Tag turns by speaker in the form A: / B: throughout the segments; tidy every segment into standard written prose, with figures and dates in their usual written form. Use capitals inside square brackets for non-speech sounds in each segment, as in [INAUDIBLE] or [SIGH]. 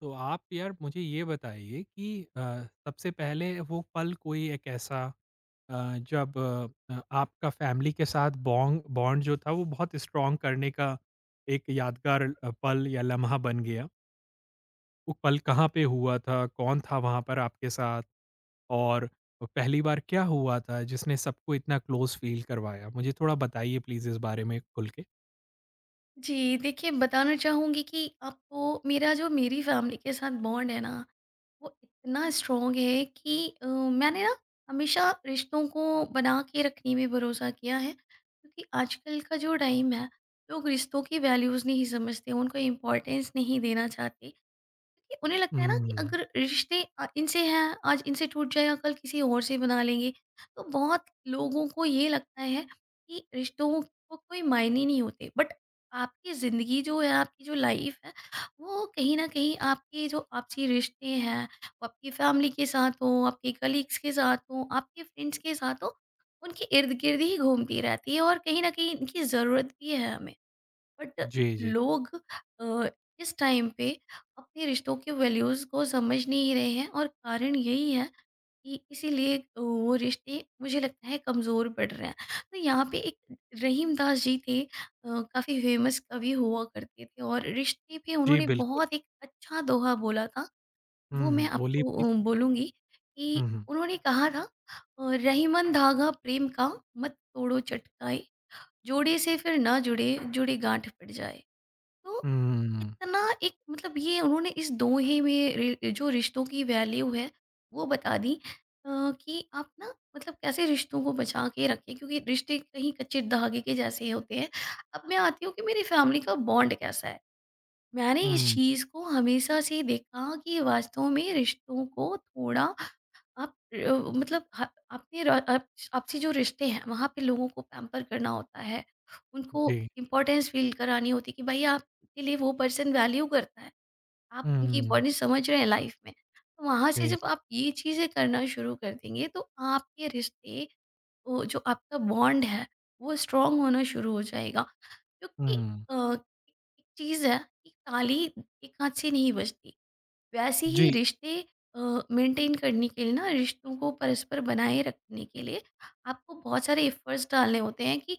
A: तो आप यार मुझे ये बताइए कि सबसे पहले वो पल कोई एक ऐसा जब आपका फैमिली के साथ बॉन्ड बॉन्ड जो था वो बहुत स्ट्रॉन्ग करने का एक यादगार पल या लम्हा बन गया। वो पल कहाँ पे हुआ था? कौन था वहाँ पर आपके साथ? और पहली बार क्या हुआ था जिसने सबको इतना क्लोज़ फ़ील करवाया? मुझे थोड़ा बताइए प्लीज़ इस बारे में खुल के।
B: जी, देखिए बताना चाहूँगी कि आपको मेरा जो मेरी फैमिली के साथ बॉन्ड है ना, वो इतना स्ट्रॉन्ग है कि मैंने ना हमेशा रिश्तों को बना के रखने में भरोसा किया है। क्योंकि आजकल का जो टाइम है, लोग रिश्तों की वैल्यूज़ नहीं समझते, उनको इम्पोर्टेंस नहीं देना चाहते। क्योंकि उन्हें लगता है ना कि
A: हुँ,
B: अगर रिश्ते इनसे हैं आज इनसे टूट जाएगा कल किसी और से बना लेंगे। तो बहुत लोगों को ये लगता है कि रिश्तों को कोई मायने नहीं होते, बट आपकी ज़िंदगी जो है, आपकी जो लाइफ है, वो कहीं ना कहीं आपके जो आपसी रिश्ते हैं, वो आपकी फैमिली के साथ हो, आपके कलीग्स के साथ हो, आपके फ्रेंड्स के साथ हो, उनके इर्द गिर्द ही घूमती रहती है और कहीं ना कहीं इनकी ज़रूरत भी है हमें। बट
A: जी, जी।
B: लोग अ, इस टाइम पे अपने रिश्तों के वैल्यूज़ को समझ नहीं रहे हैं और कारण यही है कि इसीलिए वो रिश्ते मुझे लगता है कमज़ोर पड़ रहे हैं। तो यहाँ पे एक रहीम दास जी थे, काफ़ी फेमस कवि हुआ करते थे और रिश्ते पे
A: जी,
B: उन्होंने
A: बिल्कुल।
B: बहुत एक अच्छा दोहा बोला था, वो
A: हुँ,
B: मैं
A: हुँ, बोलिए
B: आपको
A: प्लीज़।
B: बोलूँगी कि
A: हुँ, हुँ।
B: उन्होंने कहा था, "रहीमन धागा प्रेम का मत तोड़ो चटकाए, जोड़े से फिर ना जुड़े, जुड़े गाँठ पड़ जाए।" तो
A: हुँ, हुँ,
B: इतना एक मतलब ये उन्होंने इस दोहे में जो रिश्तों की वैल्यू है वो बता दी। अ, कि आप ना मतलब कैसे रिश्तों को बचा के रखें, क्योंकि रिश्ते कहीं कच्चे धागे के जैसे होते हैं। अब मैं आती हूँ कि मेरी फैमिली का बॉन्ड कैसा है। मैंने
A: हुँ,
B: इस
A: हुँ,
B: चीज़ को हमेशा से देखा कि वास्तव में रिश्तों को थोड़ा आप मतलब ह आपने र आप आपसी जो रिश्ते हैं, वहाँ पे लोगों को पैम्पर करना होता है। उनको
A: जी।
B: इम्पोर्टेंस फ़ील करानी होती है कि भई आपके लिए वो पर्सन वैल्यू करता है। आप उनकी
A: हुँ।
B: इम्पोर्टेंस समझ रहे हैं लाइफ़ में। तो वहाँ से
A: जी,
B: जब
A: जी।
B: आप ये चीज़ें करना शुरू कर देंगे, तो आपके रिश्ते, वो जो आपका बॉन्ड है, वो स्ट्रॉन्ग होना शुरू हो जाएगा। क्योंकि
A: हुँ।
B: अ, एक चीज़ है कि ताली एक हाथ से नहीं बजती। वैसे ही
A: जी,
B: रिश्ते मेंटेन करने के लिए ना, रिश्तों को परस्पर बनाए रखने के लिए आपको बहुत सारे एफर्ट्स डालने होते हैं कि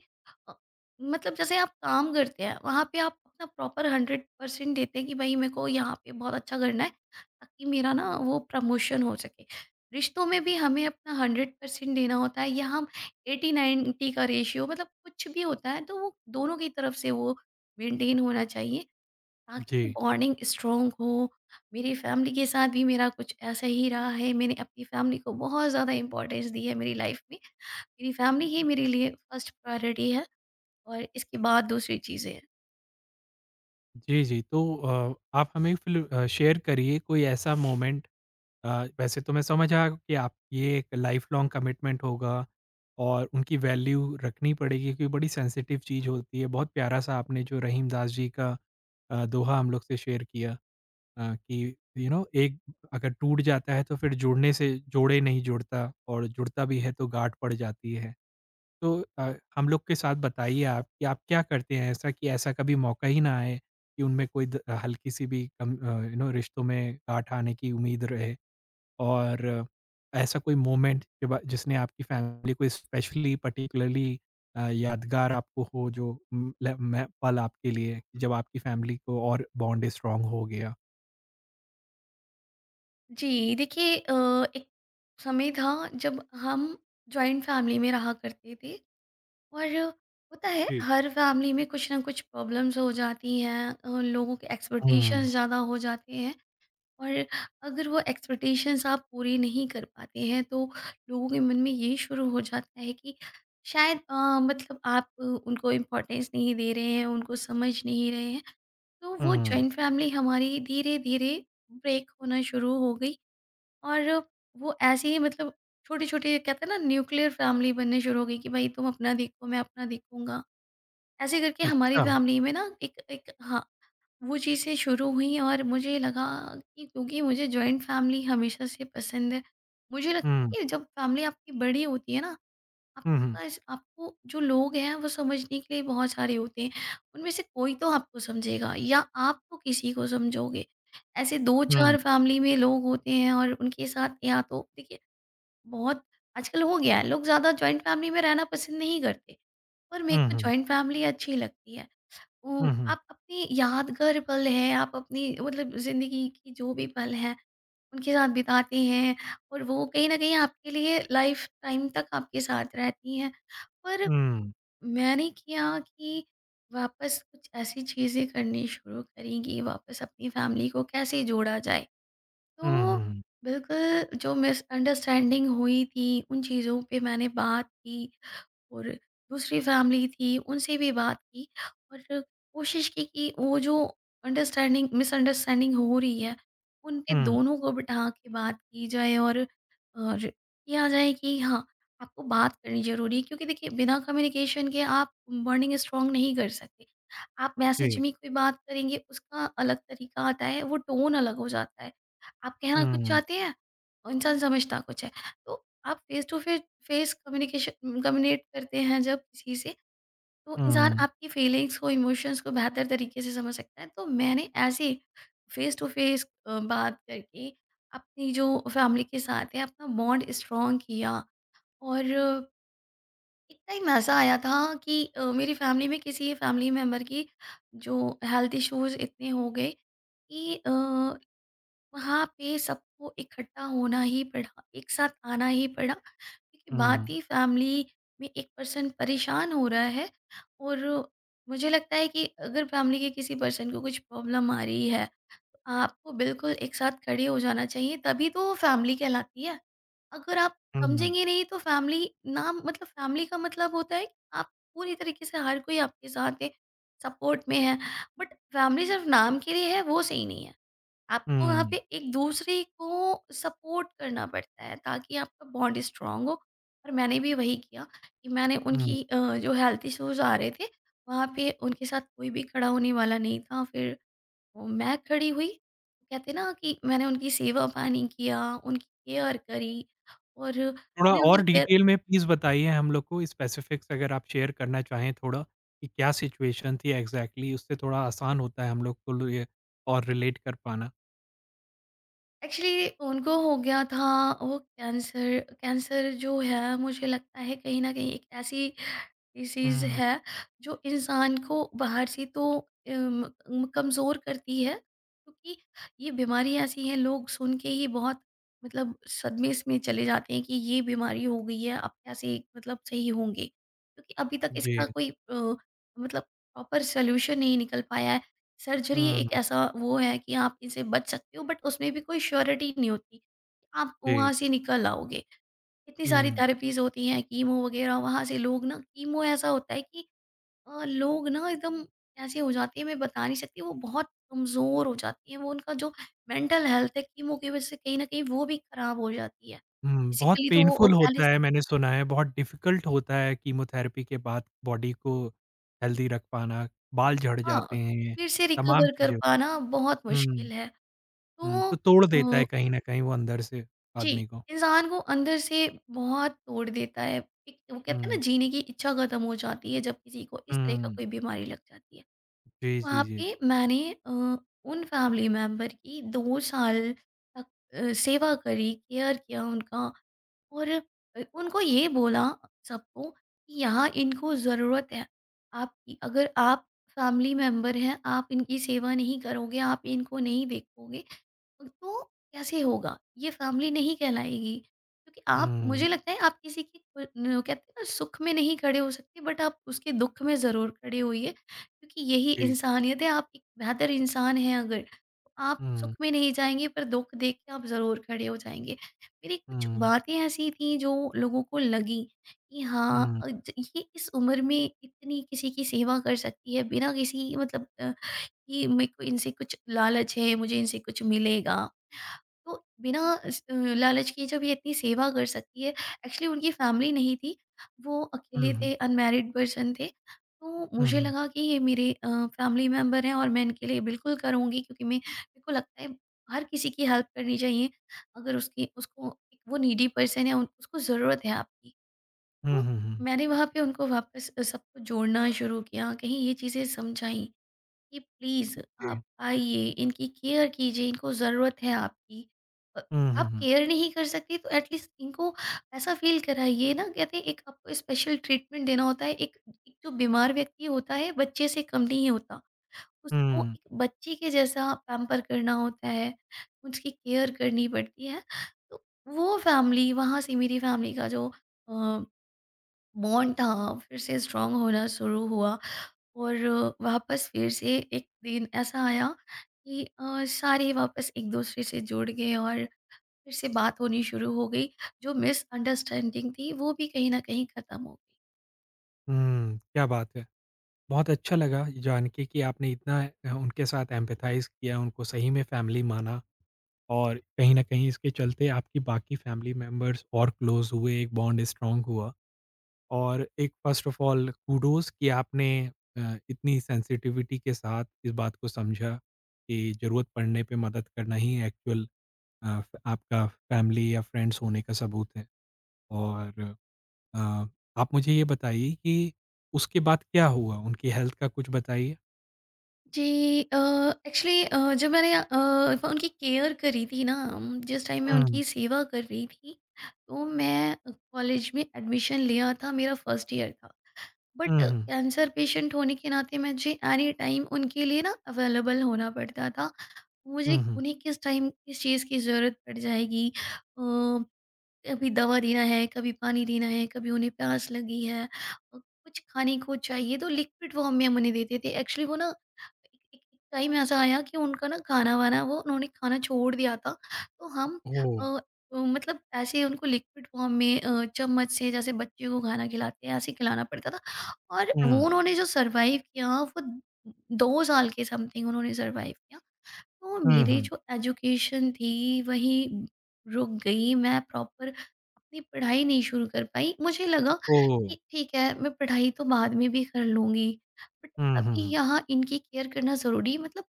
B: अ, मतलब जैसे आप काम करते हैं वहाँ पे आप अपना प्रॉपर हंड्रेड परसेंट देते हैं कि भाई मेरे को यहाँ पे बहुत अच्छा करना है ताकि मेरा ना वो प्रमोशन हो सके। रिश्तों में भी हमें अपना हंड्रेड परसेंट देना होता है या हम एटी नाइन्टी का रेशियो मतलब कुछ भी होता है तो वो दोनों की तरफ से वो मेंटेन होना चाहिए
A: जी।
B: ताकि बॉन्डिंग स्ट्रॉन्ग हो। मेरी फैमिली के साथ भी मेरा कुछ ऐसा ही रहा है। मैंने अपनी फैमिली को बहुत ज़्यादा इंपॉर्टेंस दी है मेरी लाइफ में। मेरी फैमिली ही मेरे लिए फर्स्ट प्रायोरिटी है और इसके बाद दूसरी चीज़ें हैं।
A: जी, जी। तो आप हमें फिर शेयर करिए कोई ऐसा मोमेंट। अ, वैसे तो मैं समझा कि आप ये एक लाइफ़ लॉन्ग कमिटमेंट होगा और उनकी वैल्यू रखनी पड़ेगी क्योंकि बड़ी सेंसिटिव चीज़ होती है। बहुत प्यारा-सा आपने जो रहीम दास जी का दोहा हम लोग से शेयर किया। कि यू नो एक अगर टूट जाता है तो फिर जुड़ने से जोड़े नहीं जुड़ता और जुड़ता भी है तो गाँठ पड़ जाती है। तो हम लोग के साथ बताइए आप कि आप क्या करते हैं ऐसा कि ऐसा कभी मौका ही ना आए कि उनमें कोई द हल्की-सी भी यू नो रिश्तों में गाँठ आने की उम्मीद रहे और ऐसा कोई मोमेंट के बा जिसने आपकी फैमिली को स्पेशली पार्टिकुलरली यादगार आपको हो जो उम, ल मैं पल आपके लिए जब आपकी फैमिली को और बॉन्ड स्ट्रॉन्ग हो गया?
B: जी देखिए, एक समय था जब हम जॉइंट फैमिली में रहा करते थे और होता है
A: जी।
B: हर फैमिली में कुछ ना कुछ प्रॉब्लम्स हो जाती हैं। लोगों के एक्सपेक्टेशंस
A: हुँ,
B: ज़्यादा हो जाते हैं और अगर वो एक्सपेक्टेशंस आप पूरी नहीं कर पाते हैं तो लोगों के मन में ये शुरू हो जाता है कि शायद मतलब आप उनको इम्पोर्टेंस नहीं दे रहे हैं, उनको समझ नहीं रहे हैं। तो वो
A: हुँ,
B: जॉइंट फैमिली हमारी धीरे धीरे ब्रेक होना शुरू हो गई और वो ऐसे ही मतलब छोटे छोटे कहते हैं ना, न्यूक्लियर फैमिली बनने शुरू हो गई कि भाई तुम अपना देखो मैं अपना देखूंगा। ऐसे करके हमारी
A: अच्छा।
B: फैमिली में ना एक एक हाँ, वो चीज़ें शुरू हुई और मुझे लगा कि क्योंकि मुझे जॉइंट फैमिली हमेशा से पसंद है, मुझे लगता
A: हुँ,
B: है कि जब फैमिली आपकी बड़ी होती है ना,
A: हुँ, हुँ,
B: आपका इस आपको जो लोग हैं वो समझने के लिए बहुत सारे होते हैं। उनमें से कोई तो आपको समझेगा या आप तो किसी को समझोगे। ऐसे
A: हुँ,
B: 2-4 फैमिली में लोग होते हैं और उनके साथ या तो देखिए बहुत आजकल हो गया है, लोग ज़्यादा जॉइंट फैमिली में रहना पसंद नहीं करते, पर मेरे
A: हुँ,
B: को
A: हुँ,
B: जॉइंट फैमिली अच्छी लगती है। ओ,
A: हुँ, हुँ,
B: आप अपने यादगार पल हैं, आप अपनी मतलब ज़िंदगी की जो भी पल हैं, उनके साथ बिताते हैं और वो कहीं न कहीं आपके लिए लाइफ टाइम तक आपके साथ रहती हैं। पर
A: हुँ,
B: मैंने क्या कि वापस कुछ ऐसी चीज़ें करनी शुरू करी कि वापस अपनी फैमिली को कैसे जोड़ा जाए।
A: हुँ,
B: तो
A: हुँ,
B: बिल्कुल जो मिसअंडरस्टैंडिंग हुई थी, उन चीज़ों पे मैंने बात की। और दूसरी फैमिली थी उनसे भी बात की और कोशिश की कि वो जो अंडरस्टैंडिंग मिसअंडरस्टैंडिंग हो रही है उन पे
A: हुँ,
B: दोनों को बिठा के बात की जाए और किया जाए कि हाँ आपको बात करनी जरूरी है, क्योंकि देखिए बिना कम्युनिकेशन के आप बॉन्डिंग स्ट्रांग नहीं कर सकते। आप मैसेज
A: जी।
B: में कोई बात करेंगे उसका अलग तरीका आता है, वो टोन अलग हो जाता है। आप कहना कुछ
A: हुँ,
B: चाहते हैं और इंसान समझता कुछ है। तो आप face to face face communication communicate करते हैं जब किसी से, तो इंसान
A: हुँ,
B: आपकी फीलिंग्स को इमोशंस को बेहतर तरीके से समझ सकता है। तो मैंने ऐसे फेस टू फेस बात करके अपनी जो फैमिली के साथ है अपना बॉन्ड स्ट्रॉन्ग किया। और एक टाइम ऐसा आया था कि मेरी फैमिली में किसी फैमिली मेम्बर की जो हेल्थ इश्यूज इतने हो गए कि वहाँ पे सबको इकट्ठा होना ही पड़ा, एक साथ आना ही पड़ा, क्योंकि बात
A: हुँ,
B: ही फैमिली में एक पर्सन परेशान हो रहा है। और मुझे लगता है कि अगर फैमिली के किसी पर्सन को कुछ प्रॉब्लम आ रही है, तो आपको बिल्कुल एक साथ खड़े हो जाना चाहिए, तभी तो वो फैमिली कहलाती है। अगर आप
A: हुँ,
B: समझेंगे नहीं तो फैमिली नाम मतलब फैमिली का मतलब होता है कि आप पूरी तरीके से हर कोई आपके साथ है, सपोर्ट में है, बट फैमिली सिर्फ नाम के लिए है, वो सही नहीं है। आपको वहाँ पे
A: हुँ,
B: एक दूसरे को सपोर्ट करना पड़ता है ताकि आपका बॉन्ड स्ट्रांग हो। और मैंने भी वही किया कि मैंने
A: हुँ।
B: उनकी जो हेल्थ इश्यूज आ रहे थे, वहाँ पे उनके साथ कोई भी खड़ा होने वाला नहीं था, फिर वो मैं खड़ी हुई। कहते ना कि मैंने उनकी सेवा पानी किया, उनकी केयर करी। और
A: थोड़ा
B: मैंने
A: और
B: उनकी केयर,
A: डिटेल में प्लीज़ बताइए हम लोग को स्पेसिफ़िक्स अगर आप शेयर करना चाहें थोड़ा, कि क्या सिचुएशन थी एग्ज़ैक्टली? उससे थोड़ा आसान होता है हम लोग को लो ये और रिलेट कर पाना।
B: एक्चुअली उनको हो गया था वो कैंसर कैंसर जो है मुझे लगता है कहीं ना कहीं एक ऐसी ये चीज़
A: हुँ,
B: है जो इंसान को बाहर से तो अम, म कमज़ोर करती है, क्योंकि ये बीमारी ऐसी है लोग सुन के ही बहुत मतलब सदमे में चले जाते हैं कि ये बीमारी हो गई है, अब कैसे मतलब सही होंगे। क्योंकि अभी तक
A: जी।
B: इसका कोई मतलब प्रॉपर सॉल्यूशन नहीं निकल पाया है। सर्जरी
A: हुँ,
B: एक ऐसा वो है कि आप इनसे बच सकते हो, बट उसमें भी कोई श्योरिटी नहीं होती, कि आप वहाँ
A: जी।
B: से निकल आओगे। इतनी सारी
A: हुँ।
B: थेरेपीज़ होती हैं, कीमो वगैरह, वहाँ से लोग ना कीमो ऐसा होता है कि लोग ना एकदम कैसे हो जाते हैं मैं बता नहीं सकती, वो बहुत कमज़ोर हो जाती हैं, वो उनका जो मेंटल हेल्थ है कीमो की वज़ह से कहीं न कहीं वो भी ख़राब हो जाती है।
A: हुँ, बहुत
B: फ़िज़िकली तो वो
A: पेनफुल
B: पहले
A: होता
B: से
A: है मैंने सुना है, बहुत डिफ़िकल्ट होता है कीमोथेरेपी के बाद बॉडी को हेल्दी रख पाना, बाल झड़
B: हाँ,
A: जाते हैं,
B: फिर से
A: तमाम
B: रिकवर कर
A: चीज़ें।
B: पाना बहुत
A: हुँ,
B: मुश्किल है।
A: हुँ,
B: तो
A: तो तोड़ देता
B: अ,
A: है कहीं न कहीं वो अंदर से
B: जी,
A: आदमी को।
B: इंसान को अंदर से बहुत तोड़ देता है। एक वो कहते हैं ना
A: हुँ,
B: जीने की इच्छा खत्म हो जाती है जब किसी को इस तरह का
A: हुँ,
B: कोई बीमारी लग जाती है।
A: जी, जी,
B: वहाँ
A: जी।
B: पे मैंने अ, उन फैमिली मेंबर की 2 साल तक सेवा करी, केयर किया उनका। और उनको ये बोला सबको कि यहाँ इनको ज़रूरत है आपकी। अगर आप फैमिली मेंबर हैं, आप इनकी सेवा नहीं करोगे, आप इनको नहीं देखोगे, तो कैसे होगा? ये फैमिली नहीं कहलाएगी। क्योंकि आप
A: हुँ,
B: मुझे लगता है आप किसी की न कहते हैं ना सुख में नहीं खड़े हो सकते बट आप उसके दुःख में ज़रूर खड़े होइए, क्योंकि यही
A: जी,
B: इंसानियत है। आप एक बेहतर इंसान हैं अगर, तो आप
A: हुँ,
B: सुख में नहीं जाएँगे पर दुःख देख के आप ज़रूर खड़े हो जाएँगे। मेरी कुछ
A: हुँ,
B: बातें ऐसी थीं जो लोगों को लगी कि हाँ
A: हुँ,
B: ज ये इस उम्र में इतनी किसी की सेवा कर सकती है बिना किसी मतलब कि मेरे को इनसे कुछ लालच है, मुझे इनसे कुछ मिलेगा। तो बिना स लालच के जब ये इतनी सेवा कर सकती है, एक्चुअली उनकी फैमिली नहीं थी, वो अकेले
A: हुँ, हुँ,
B: थे, अनमैरिड पर्सन थे। तो
A: हुँ,
B: मुझे
A: हुँ,
B: लगा कि ये मेरे फैमिली मेंबर हैं और मैं इनके लिए बिल्कुल करूँगी, क्योंकि मैं मेरे को लगता है हर किसी की हेल्प करनी चाहिए। अगर उसकी उसको एक वो नीडी पर्सन है, उन उसको ज़रूरत है आपकी।
A: हुँ,
B: तो
A: हुँ, हुँ,
B: मैंने वहाँ पे उनको वापस सबको जोड़ना शुरू किया, कहीं ये चीज़ें समझाई। कि प्लीज़ आप
A: जी,
B: आइए, इनकी केयर कीजिए, इनको ज़रूरत है आपकी। अ,
A: हुँ, हुँ,
B: आप
A: हुँ,
B: केयर नहीं कर सकते तो एटलीस्ट इनको ऐसा फ़ील कराइए ना, कहते हैं एक आपको स्पेशल ट्रीटमेंट देना होता है, एक एक जो बीमार व्यक्ति होता है, बच्चे से कम नहीं होता। उसको
A: हुँ,
B: एक बच्चे के जैसा पैम्पर करना होता है, उसकी केयर करनी पड़ती है। तो वो फ़ैमिली वहाँ से मेरी फ़ैमिली का जो अ, बॉन्ड था, फिर से स्ट्रॉन्ग होना शुरू हुआ। और वापस फिर से एक दिन ऐसा आया कि सारे वापस एक दूसरे से जुड़ गए और फिर से बात होनी शुरू हो गई। जो मिसअंडरस्टैंडिंग थी वो भी कहीं न कहीं ख़त्म हो गई।
A: हुँ, क्या बात है। बहुत अच्छा लगा ये जान के कि आपने इतना उनके साथ एम्पैथाइज़ किया, उनको सही में फ़ैमिली माना। और कहीं न कहीं इसके चलते आपकी बाकी फैमिली मेंबर्स और क्लोज़ हुए, एक बॉन्ड स्ट्रॉन्ग हुआ और एक फ़र्स्ट ऑफ ऑल कुडोज़ कि आपने अ, इतनी सेंसिटिविटी के साथ इस बात को समझा कि ज़रूरत पड़ने पे मदद करना ही एक्चुअल अ, फ आपका फैमिली या फ्रेंड्स होने का सबूत है। और अ, आप मुझे ये बताइए कि उसके बाद क्या हुआ? उनकी हेल्थ का कुछ बताइए?
B: जी एक्चुअली जब मैंने उनकी केयर करी थी ना जिस टाइम मैं
A: हुँ,
B: उनकी सेवा कर रही थी, तो मैं कॉलेज में एडमिशन लिया था, मेरा फर्स्ट ईयर था। But
A: hmm, hmm,
B: cancer patient होने के नाते मुझे एनी टाइम उनके लिए ना अवेलेबल होना पड़ता था, मुझे
A: हुँ, हुँ।
B: उन्हें किस टाइम किस चीज़ की ज़रूरत पड़ जाएगी। अ, कभी दवा देना है, कभी पानी देना है, कभी उन्हें प्यास लगी है, कुछ खाने को चाहिए तो लिक्विड फॉर्म में हम उन्हें देते थे। एक्चुअली वो ना एक एक एक टाइम ऐसा आया कि उनका ना खाना-वाना वो उन्होंने खाना छोड़ दिया था। तो हम
A: ओह!
B: अ मतलब ऐसे उनको लिक्विड फॉर्म में चम्मच से जैसे बच्चे को खाना खिलाते हैं ऐसे खिलाना पड़ता था। और वो
A: हुँ,
B: उन्होंने जो सर्वाइव किया वो 2 साल के समथिंग उन्होंने सर्वाइव किया। तो
A: हुँ,
B: मेरी
A: हुँ।
B: जो एजुकेशन थी वही रुक गई। मैं प्रॉपर अपनी पढ़ाई नहीं शुरू कर पाई। मुझे लगा
A: ओह!
B: कि ठीक है मैं पढ़ाई तो बाद में भी कर लूँगी। बट
A: हुँ, हुँ,
B: अभी
A: हुँ।
B: यहाँ इनकी केयर करना ज़रूरी मतलब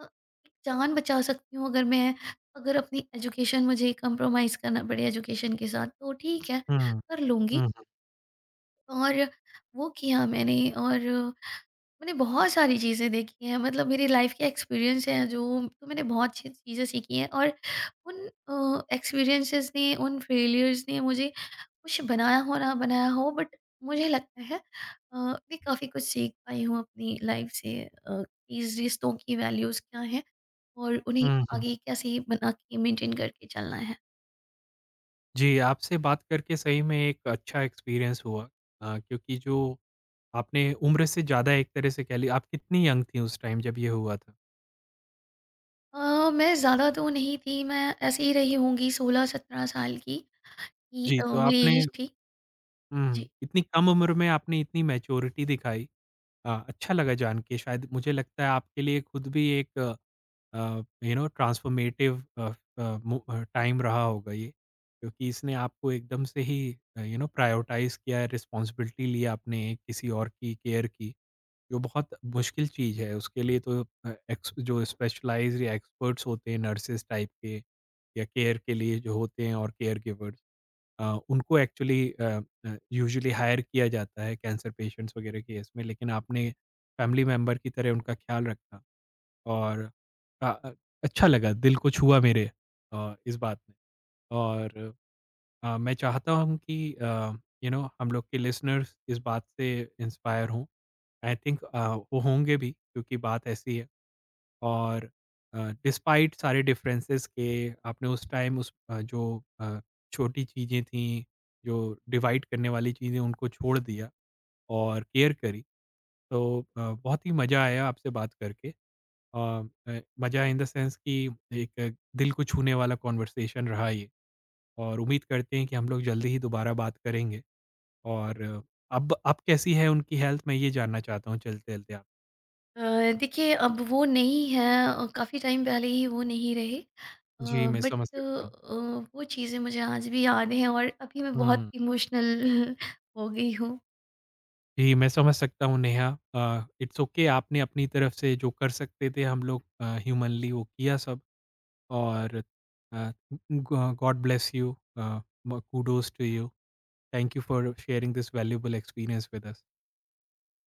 B: अ, एक जान बचा सकती हूँ अगर मैं, अगर अपनी एजुकेशन मुझे कंप्रोमाइज़ करना पड़े एजुकेशन के साथ तो ठीक है,
A: हुँ।
B: कर लूँगी।
A: हुँ, हुँ।
B: और वो किया मैंने। और मैंने बहुत सारी चीज़ें देखी हैं मतलब मेरी लाइफ के एक्सपीरियंस हैं जो, तो मैंने बहुत सी चीज़ें सीखी हैं और उन एक्सपीरियंसेस ने उन फेलियर्स ने मुझे कुछ बनाया हो ना बनाया हो बट मुझे लगता है मैं काफ़ी कुछ सीख पाई हूँ अपनी लाइफ से, अ, इस रिश्तों की वैल्यूज़ क्या हैं और उन्हें
A: हुँ, हुँ।
B: आगे कैसे बना के मेंटेन करके चलना है।
A: जी, आपसे बात करके सही में एक अच्छा एक्सपीरियंस हुआ क्योंकि जो आपने उम्र से ज़्यादा एक तरह से कह ली, आप कितनी यंग थीं उस टाइम जब ये हुआ था?
B: मैं ज़्यादा तो नहीं थी, मैं ऐसे ही रही होंगी 16-17 साल की कि
A: जी, तो आपने
B: मेरी एज थी। जी
A: हुँ, इतनी कम उम्र में आपने इतनी मैच्योरिटी दिखाई। अच्छा लगा जान के, शायद मुझे लगता है आपके लिए खुद भी एक यू नो ट्रांसफॉर्मेटिव टाइम रहा होगा ये, क्योंकि इसने आपको एकदम से ही यू नो प्रायोरिटाइज़ किया है, रिस्पॉन्सिबिलिटी ली आपने, किसी और की केयर की। जो बहुत मुश्किल चीज़ है, उसके लिए तो अ, एक्स जो स्पेशलाइज़्ड या एक्सपर्ट्स होते हैं नर्सेज़ टाइप के या केयर के लिए जो होते हैं और केयर गिवर्स अ, उनको यूजुअली हायर किया जाता है कैंसर पेशेंट्स वगैरह केस में, लेकिन आपने फैमिली मेंबर की तरह उनका ख़्याल रखा और अ अ, अच्छा लगा, दिल को छुआ मेरे इस बात ने और मैं चाहता हूँ कि यू नो हम लोग के लिसनर्स इस बात से इंस्पायर हों। आई थिंक वो होंगे भी क्योंकि बात ऐसी है और डिस्पाइट सारे डिफरेंसेस के आपने उस टाइम उस अ, जो अ, छोटी चीज़ें थीं, जो डिवाइड करने वाली चीज़ें, उनको छोड़ दिया और केयर करी। तो बहुत ही मज़ा आया आपसे बात करके। अ मज़ा इन द सेंस कि एक दिल को छूने वाला कॉन्वर्सेशन रहा ये, और उम्मीद करते हैं कि हम लोग जल्दी ही दोबारा बात करेंगे। और अब कैसी है उनकी हेल्थ, मैं ये जानना चाहता हूँ चलते-चलते आप?
B: देखिए अब वो नहीं है, काफ़ी टाइम पहले ही वो नहीं रहे।
A: जी, मैं
B: बट
A: समझ सकता हूँ।
B: वो चीज़ें मुझे आज भी याद हैं और अभी मैं बहुत
A: हुँ।
B: इमोशनल [LAUGHS] हो गई हूँ।
A: जी, मैं समझ सकता हूँ नेहा, इट्स ओके, आपने अपनी तरफ से जो कर सकते थे हम लोग ह्यूमनली वो किया सब, और uh, God God bless you, uh, um kudos to you. Thank you for sharing this valuable experience with us.